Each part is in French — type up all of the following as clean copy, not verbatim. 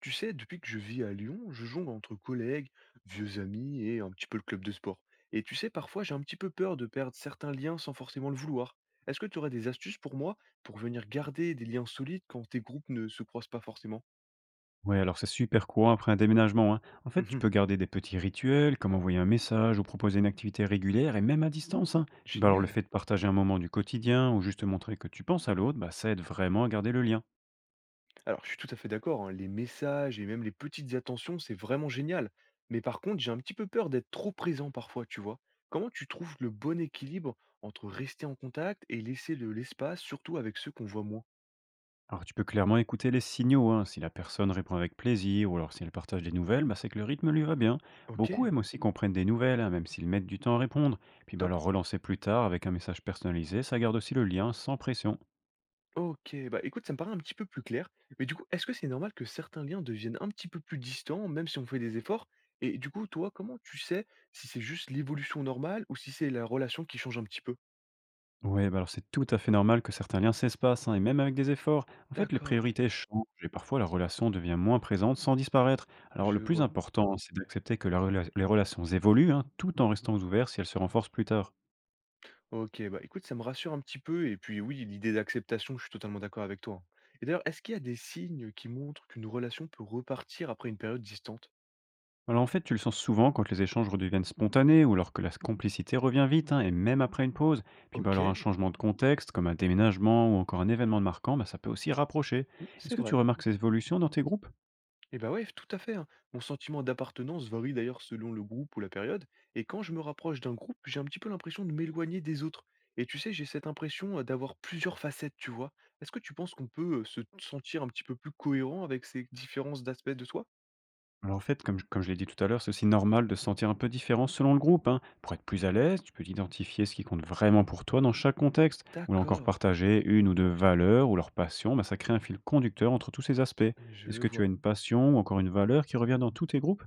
Tu sais, depuis que je vis à Lyon, je jongle entre collègues, vieux amis et un petit peu le club de sport. Et tu sais, parfois j'ai un petit peu peur de perdre certains liens sans forcément le vouloir. Est-ce que tu aurais des astuces pour moi pour venir garder des liens solides quand tes groupes ne se croisent pas forcément? Ouais, alors c'est super courant après un déménagement, hein. En fait, tu Mhm. peux garder des petits rituels, comme envoyer un message ou proposer une activité régulière et même à distance, hein. Puis bah alors le fait Génial. de partager un moment du quotidien ou juste montrer que tu penses à l'autre, bah ça aide vraiment à garder le lien. Alors je suis tout à fait d'accord, hein, les messages et même les petites attentions, c'est vraiment génial. Mais par contre, j'ai un petit peu peur d'être trop présent parfois, tu vois. Comment tu trouves le bon équilibre entre rester en contact et laisser de l'espace, surtout avec ceux qu'on voit moins? Alors tu peux clairement écouter les signaux, hein. Si la personne répond avec plaisir ou alors si elle partage des nouvelles, bah c'est que le rythme lui va bien. Ok, Beaucoup aiment aussi qu'on prenne des nouvelles, hein, même s'ils mettent du temps à répondre. Puis bah top. alors relancer plus tard avec un message personnalisé, ça garde aussi le lien sans pression. Ok, bah écoute, ça me paraît un petit peu plus clair. Mais du coup, est-ce que c'est normal que certains liens deviennent un petit peu plus distants, même si on fait des efforts? Et du coup, toi, comment tu sais si c'est juste l'évolution normale ou si c'est la relation qui change un petit peu? Ouais, bah alors c'est tout à fait normal que certains liens s'espacent, hein, et même avec des efforts. En fait, les D'accord, priorités changent et parfois la relation devient moins présente sans disparaître. Alors le je plus vois. important, c'est d'accepter que les relations évoluent, hein, tout en restant ouvertes si elles se renforcent plus tard. Ok, bah écoute, ça me rassure un petit peu. Et puis oui, l'idée d'acceptation, je suis totalement d'accord avec toi, hein. Et d'ailleurs, est-ce qu'il y a des signes qui montrent qu'une relation peut repartir après une période distante? Alors en fait, tu le sens souvent quand les échanges redeviennent spontanés ou alors que la complicité revient vite, hein, et même après une pause. Puis bah alors un Ok, changement de contexte, comme un déménagement ou encore un événement marquant, bah, ça peut aussi rapprocher. hmm, Est-ce c'est que tu vrai. remarques ces évolutions dans tes groupes? Eh bah ouais, tout à fait, hein. Mon sentiment d'appartenance varie d'ailleurs selon le groupe ou la période, et quand je me rapproche d'un groupe, j'ai un petit peu l'impression de m'éloigner des autres. Et tu sais, j'ai cette impression d'avoir plusieurs facettes, tu vois. Est-ce que tu penses qu'on peut se sentir un petit peu plus cohérent avec ces différences d'aspects de toi? Alors en fait, comme je l'ai dit tout à l'heure, c'est aussi normal de se sentir un peu différent selon le groupe, hein. Pour être plus à l'aise, tu peux identifier ce qui compte vraiment pour toi dans chaque contexte, ou là encore D'accord, partager une ou deux valeurs ou leur passion, bah, ça crée un fil conducteur entre tous ces aspects. je Est-ce que tu as vois. une passion ou encore une valeur qui revient dans tous tes groupes?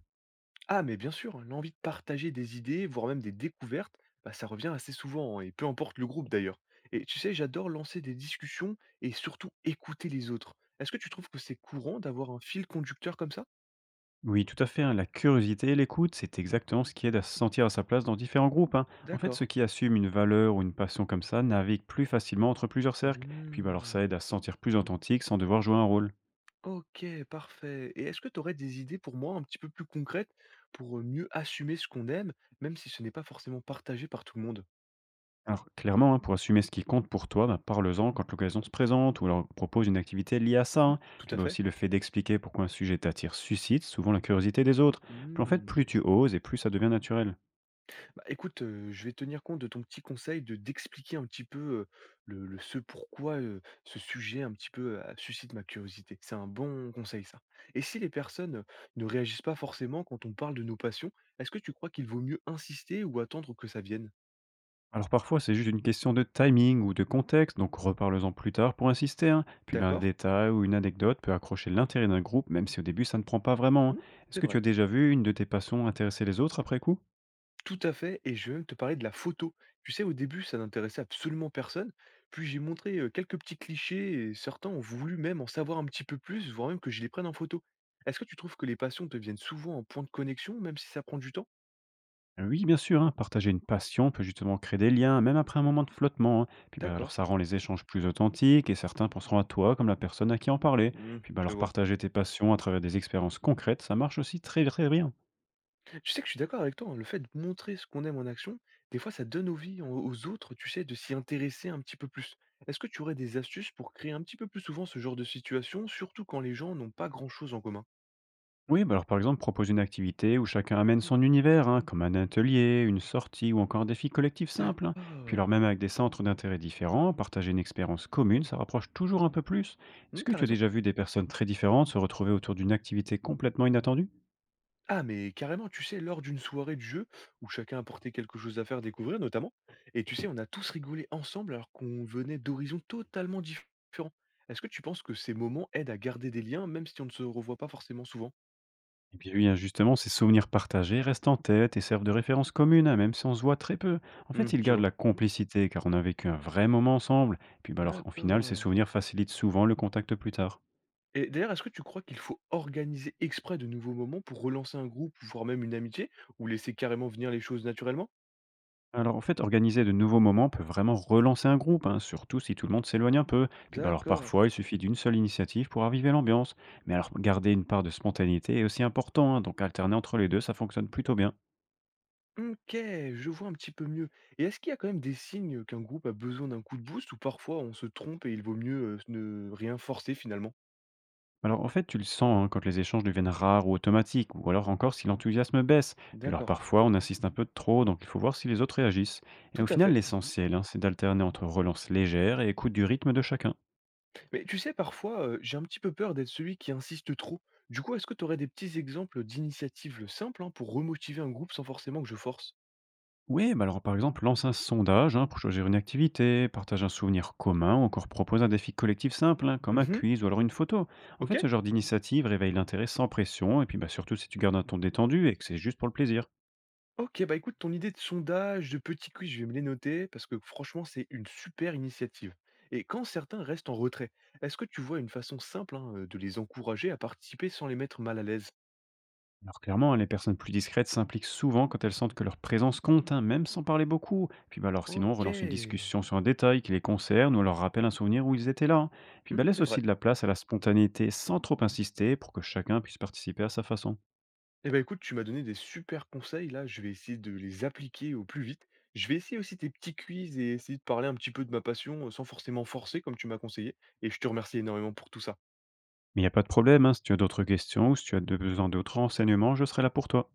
Ah, mais bien sûr, l'envie de partager des idées, voire même des découvertes, bah, ça revient assez souvent, hein, et peu importe le groupe d'ailleurs. Et tu sais, j'adore lancer des discussions et surtout écouter les autres. Est-ce que tu trouves que c'est courant d'avoir un fil conducteur comme ça? Oui, tout à fait, hein. La curiosité et l'écoute, c'est exactement ce qui aide à se sentir à sa place dans différents groupes, hein. En fait, ceux D'accord. qui assument une valeur ou une passion comme ça naviguent plus facilement entre plusieurs cercles, et puis bah, alors ça aide à Hmm. se sentir plus authentique sans devoir jouer un rôle. Ok, parfait. Et est-ce que tu aurais des idées pour moi un petit peu plus concrètes pour mieux assumer ce qu'on aime, même si ce n'est pas forcément partagé par tout le monde? Alors, clairement, hein, pour assumer ce qui compte pour toi, bah, parle-en quand l'occasion se présente ou leur propose une activité liée à ça, Hmm, hein. tout Puis à bah, fait. aussi le fait d'expliquer pourquoi un sujet t'attire suscite souvent la curiosité des autres. Puis en fait, Hmm. plus tu oses et plus ça devient naturel. Bah, écoute, je vais tenir compte de ton petit conseil de d'expliquer un petit peu, le ce pourquoi, ce sujet un petit peu, suscite ma curiosité. C'est un bon conseil ça. Et si les personnes, ne réagissent pas forcément quand on parle de nos passions, est-ce que tu crois qu'il vaut mieux insister ou attendre que ça vienne? Alors parfois, c'est juste une question de timing ou de contexte, donc reparle-en plus tard pour insister, hein. Puis bah, un D'accord. détail ou une anecdote peut accrocher l'intérêt d'un groupe, même si au début ça ne prend pas vraiment, hein. Mmh, Est-ce c'est que tu vrai. as déjà vu une de tes passions intéresser les autres après coup? Tout à fait, et je vais même te parler de la photo. Tu sais, au début, ça n'intéressait absolument personne. Puis j'ai montré quelques petits clichés et certains ont voulu même en savoir un petit peu plus, voire même que je les prenne en photo. Est-ce que tu trouves que les passions deviennent souvent un point de connexion, même si ça prend du temps? Oui, bien sûr, hein, partager une passion peut justement créer des liens, même après un moment de flottement, hein. Puis bah, alors D'accord. ça rend les échanges plus authentiques et certains penseront à toi comme la personne à qui en parler. Hmm, Puis bah, je alors vois. partager tes passions à travers des expériences concrètes, ça marche aussi très très bien. Tu sais que je suis d'accord avec toi, hein, le fait de montrer ce qu'on aime en action, des fois ça donne envie aux autres, tu sais, de s'y intéresser un petit peu plus. Est-ce que tu aurais des astuces pour créer un petit peu plus souvent ce genre de situation, surtout quand les gens n'ont pas grand-chose en commun? Oui, bah alors par exemple, propose une activité où chacun amène son univers, hein, comme un atelier, une sortie ou encore un défi collectif simple, hein. Puis alors D'accord. même avec des centres d'intérêt différents, partager une expérience commune, ça rapproche toujours un peu plus. Est-ce Hmm, que t'as tu as raison. déjà vu des personnes très différentes se retrouver autour d'une activité complètement inattendue? Ah, mais carrément, tu sais, lors d'une soirée de jeu où chacun apportait quelque chose à faire découvrir, notamment, et tu sais, on a tous rigolé ensemble alors qu'on venait d'horizons différents. Est-ce que tu penses que ces moments aident à garder des liens, même si on ne se revoit pas forcément souvent? Et puis lui, hein, justement, ces souvenirs partagés restent en tête et servent de référence commune, hein, même si on se voit très peu. En Hmm, fait, ils je gardent vois. la complicité car on a vécu un vrai moment ensemble. Et puis, bah, alors, en final, ces D'accord. souvenirs facilitent souvent le contact plus tard. Et d'ailleurs, est-ce que tu crois qu'il faut organiser exprès de nouveaux moments pour relancer un groupe, voire même une amitié, ou laisser carrément venir les choses naturellement? Alors, en fait, organiser de nouveaux moments peut vraiment relancer un groupe, hein, surtout si tout le monde s'éloigne un peu. Puis, bah, alors, D'accord. parfois, il suffit d'une seule initiative pour raviver l'ambiance. Mais alors, garder une part de spontanéité est aussi important, hein, donc alterner entre les deux, ça fonctionne plutôt bien. OK, je vois un petit peu mieux. Et est-ce qu'il y a quand même des signes qu'un groupe a besoin d'un coup de boost ou parfois on se trompe et il vaut mieux, ne rien forcer finalement? Alors en fait, tu le sens hein, quand les échanges deviennent rares ou automatiques, ou alors encore si l'enthousiasme baisse. Puis alors D'accord, parfois, on insiste un peu de trop, donc il faut voir si les autres réagissent. Et tout au à final, fait. l'essentiel, hein, c'est d'alterner entre relance légère et écoute du rythme de chacun. Mais tu sais, parfois, j'ai un petit peu peur d'être celui qui insiste trop. Du coup, est-ce que tu aurais des petits exemples d'initiatives simples, hein, pour remotiver un groupe sans forcément que je force? Oui, bah alors par exemple, lance un sondage hein, pour choisir une activité, partage un souvenir commun, ou encore propose un défi collectif simple, hein, comme un Mmh. quiz ou alors une photo. En fait, OK. ce genre d'initiative réveille l'intérêt sans pression, et puis bah, surtout si tu gardes un ton détendu et que c'est juste pour le plaisir. OK, bah, écoute, ton idée de sondage, de petit quiz, je vais me les noter parce que franchement, c'est une super initiative. Et quand certains restent en retrait, est-ce que tu vois une façon simple, hein, de les encourager à participer sans les mettre mal à l'aise? Alors clairement, hein, les personnes plus discrètes s'impliquent souvent quand elles sentent que leur présence compte, hein, même sans parler beaucoup. Puis bah, alors sinon, on Ok. relance une discussion sur un détail qui les concerne ou leur rappelle un souvenir où ils étaient là, hein. Puis Hmm, bah, laisse c'est vrai. aussi de la place à la spontanéité sans trop insister pour que chacun puisse participer à sa façon. Eh ben écoute, tu m'as donné des super conseils là, je vais essayer de les appliquer au plus vite. Je vais essayer aussi tes petits quiz et essayer de parler un petit peu de ma passion sans forcément forcer comme tu m'as conseillé. Et je te remercie énormément pour tout ça. Mais il n'y a pas de problème, hein, si tu as d'autres questions ou si tu as besoin d'autres renseignements, je serai là pour toi.